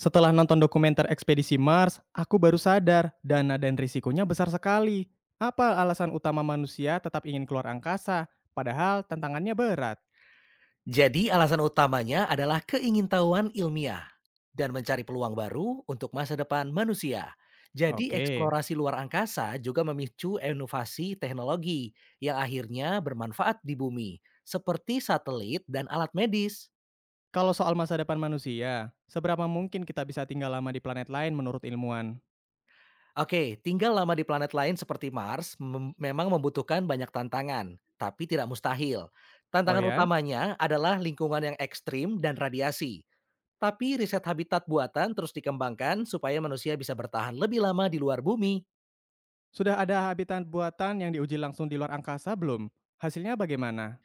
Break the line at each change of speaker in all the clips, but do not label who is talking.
Setelah nonton dokumenter ekspedisi Mars, aku baru sadar dana dan risikonya besar sekali. Apa alasan utama manusia tetap ingin keluar angkasa, padahal tantangannya berat?
Jadi alasan utamanya adalah keingintahuan ilmiah dan mencari peluang baru untuk masa depan manusia. Jadi
Oke,
eksplorasi luar angkasa juga memicu inovasi teknologi yang akhirnya bermanfaat di bumi, seperti satelit dan alat medis.
kalau soal masa depan manusia, seberapa mungkin kita bisa tinggal lama di planet lain menurut ilmuwan?
Oke, tinggal lama di planet lain seperti Mars memang membutuhkan banyak tantangan, tapi tidak mustahil.
Oh
Tantangan
ya?
utamanya adalah lingkungan yang ekstrim dan radiasi. Tapi riset habitat buatan terus dikembangkan supaya manusia bisa bertahan lebih lama di luar bumi.
Sudah ada habitat buatan yang diuji langsung di luar angkasa belum? Hasilnya bagaimana?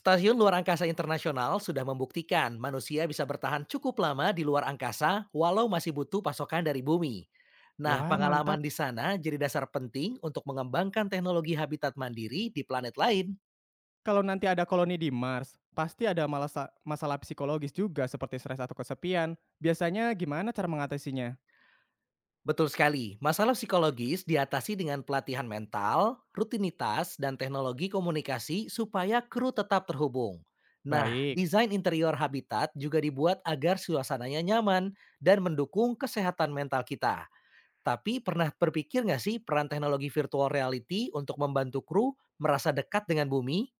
Stasiun Luar Angkasa Internasional sudah membuktikan manusia bisa bertahan cukup lama di luar angkasa walau masih butuh pasokan dari bumi. Nah,
Wah,
pengalaman
mantap.
di sana jadi dasar penting untuk mengembangkan teknologi habitat mandiri di planet lain.
Kalau nanti ada koloni di Mars, pasti ada masalah psikologis juga seperti stres atau kesepian. Biasanya gimana cara mengatasinya?
Betul sekali. Masalah psikologis diatasi dengan pelatihan mental, rutinitas, dan teknologi komunikasi supaya kru tetap terhubung. Nah,
Baik,
desain interior habitat juga dibuat agar suasananya nyaman dan mendukung kesehatan mental kita. Tapi pernah berpikir nggak sih peran teknologi virtual reality untuk membantu kru merasa dekat dengan bumi?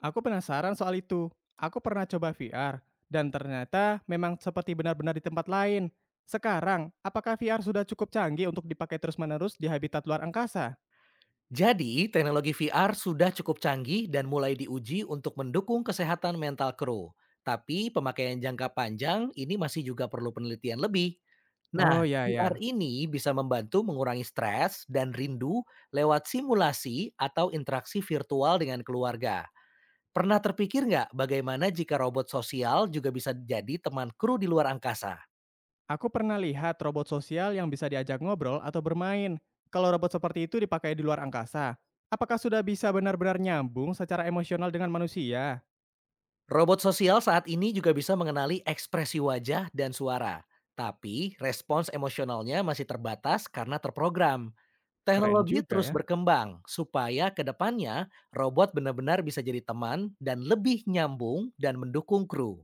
aku penasaran soal itu. Aku pernah coba VR, dan ternyata memang seperti benar-benar di tempat lain. Sekarang, apakah VR sudah cukup canggih untuk dipakai terus-menerus di habitat luar angkasa?
Jadi, teknologi VR sudah cukup canggih dan mulai diuji untuk mendukung kesehatan mental kru. Tapi pemakaian jangka panjang ini masih juga perlu penelitian lebih.
Oh
Nah,
ya
VR
ya.
ini bisa membantu mengurangi stres dan rindu lewat simulasi atau interaksi virtual dengan keluarga. Pernah terpikir nggak bagaimana jika robot sosial juga bisa jadi teman kru di luar angkasa?
Aku pernah lihat robot sosial yang bisa diajak ngobrol atau bermain. Kalau robot seperti itu dipakai di luar angkasa, apakah sudah bisa benar-benar nyambung secara emosional dengan manusia?
Robot sosial saat ini juga bisa mengenali ekspresi wajah dan suara, tapi respons emosionalnya masih terbatas karena terprogram.
Keren
Teknologi
juga
terus
ya.
berkembang supaya ke depannya robot benar-benar bisa jadi teman dan lebih nyambung dan mendukung kru.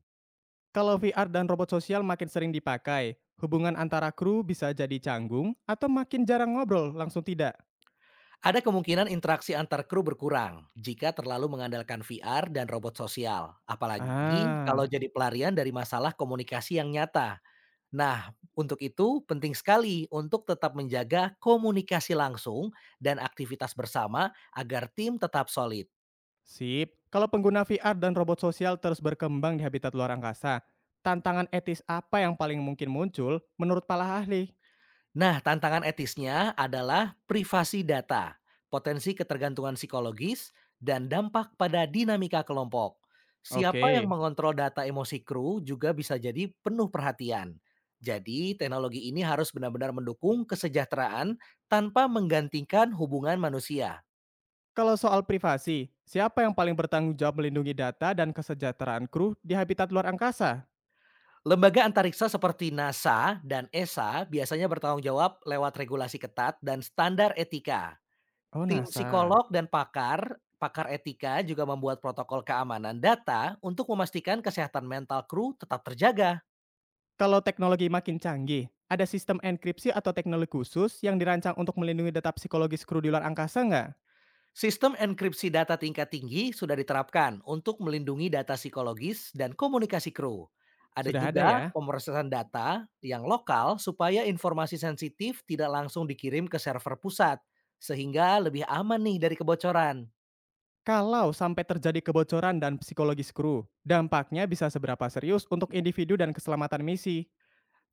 Kalau VR dan robot sosial makin sering dipakai, hubungan antara kru bisa jadi canggung atau makin jarang ngobrol langsung tidak?
Ada kemungkinan interaksi antar kru berkurang jika terlalu mengandalkan VR dan robot sosial, apalagi kalau
Ah,
jadi pelarian dari masalah komunikasi yang nyata. Nah, untuk itu penting sekali untuk tetap menjaga komunikasi langsung dan aktivitas bersama agar tim tetap solid.
sip. Kalau pengguna VR dan robot sosial terus berkembang di habitat luar angkasa, tantangan etis apa yang paling mungkin muncul menurut para ahli?
Nah, tantangan etisnya adalah privasi data, potensi ketergantungan psikologis, dan dampak pada dinamika kelompok. Siapa yang
Oke.
mengontrol data emosi kru juga bisa jadi penuh perhatian. Jadi, teknologi ini harus benar-benar mendukung kesejahteraan tanpa menggantikan hubungan manusia.
Kalau soal privasi, siapa yang paling bertanggung jawab melindungi data dan kesejahteraan kru di habitat luar angkasa?
Lembaga antariksa seperti NASA dan ESA biasanya bertanggung jawab lewat regulasi ketat dan standar etika.
Oh,
Tim
NASA.
psikolog dan pakar etika juga membuat protokol keamanan data untuk memastikan kesehatan mental kru tetap terjaga.
Kalau teknologi makin canggih, ada sistem enkripsi atau teknologi khusus yang dirancang untuk melindungi data psikologis kru di luar angkasa nggak?
Sistem enkripsi data tingkat tinggi sudah diterapkan untuk melindungi data psikologis dan komunikasi kru. Ada
Sudah ada
juga
ya.
pemrosesan data yang lokal supaya informasi sensitif tidak langsung dikirim ke server pusat, sehingga lebih aman nih dari kebocoran.
Kalau sampai terjadi kebocoran dan psikologis kru, dampaknya bisa seberapa serius untuk individu dan keselamatan misi?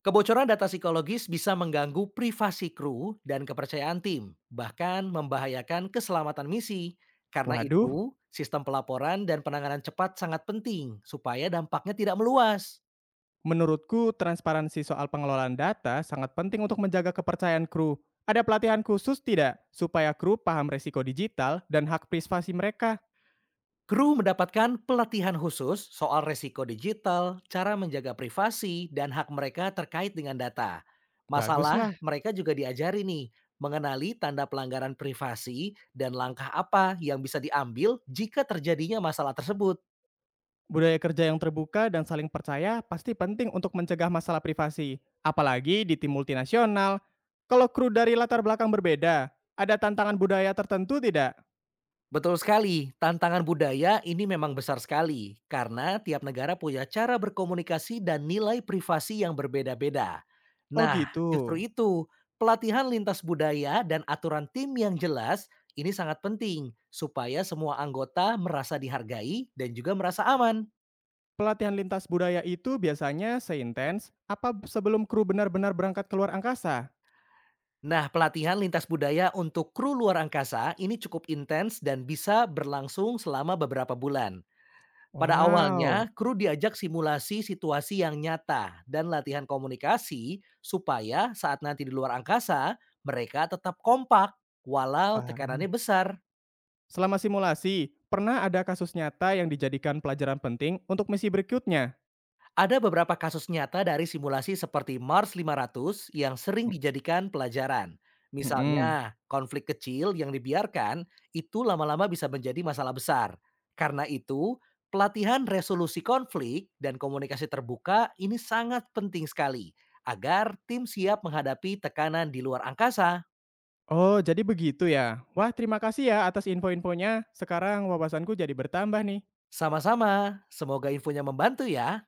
Kebocoran data psikologis bisa mengganggu privasi kru dan kepercayaan tim, bahkan membahayakan keselamatan misi. Karena
Waduh,
itu, sistem pelaporan dan penanganan cepat sangat penting supaya dampaknya tidak meluas.
menurutku, transparansi soal pengelolaan data sangat penting untuk menjaga kepercayaan kru. Ada pelatihan khusus tidak supaya kru paham resiko digital dan hak privasi mereka?
Kru mendapatkan pelatihan khusus soal resiko digital, cara menjaga privasi, dan hak mereka terkait dengan data. Masalah
Baguslah.
mereka juga diajari nih, mengenali tanda pelanggaran privasi dan langkah apa yang bisa diambil jika terjadinya masalah tersebut.
Budaya kerja yang terbuka dan saling percaya pasti penting untuk mencegah masalah privasi, apalagi di tim multinasional. Kalau kru dari latar belakang berbeda, ada tantangan budaya tertentu tidak?
Betul sekali, tantangan budaya ini memang besar sekali karena tiap negara punya cara berkomunikasi dan nilai privasi yang berbeda-beda.
Oh
Nah,
gitu.
justru itu, pelatihan lintas budaya dan aturan tim yang jelas ini sangat penting supaya semua anggota merasa dihargai dan juga merasa aman.
Pelatihan lintas budaya itu biasanya seintens apa sebelum kru benar-benar berangkat keluar angkasa?
Nah, pelatihan lintas budaya untuk kru luar angkasa ini cukup intens dan bisa berlangsung selama beberapa bulan. Pada
Wow.
awalnya, kru diajak simulasi situasi yang nyata dan latihan komunikasi supaya saat nanti di luar angkasa, mereka tetap kompak walau tekanannya
Paham.
besar.
Selama simulasi, pernah ada kasus nyata yang dijadikan pelajaran penting untuk misi berikutnya?
Ada beberapa kasus nyata dari simulasi seperti Mars 500 yang sering
M,
dijadikan pelajaran.
mhm.
Misalnya, konflik kecil yang dibiarkan itu lama-lama bisa menjadi masalah besar. Karena itu, pelatihan resolusi konflik dan komunikasi terbuka ini sangat penting sekali agar tim siap menghadapi tekanan di luar angkasa.
Oh, jadi begitu ya. Wah, terima kasih ya atas info-infonya. Sekarang wawasanku jadi bertambah nih.
Sama-sama, semoga infonya membantu ya.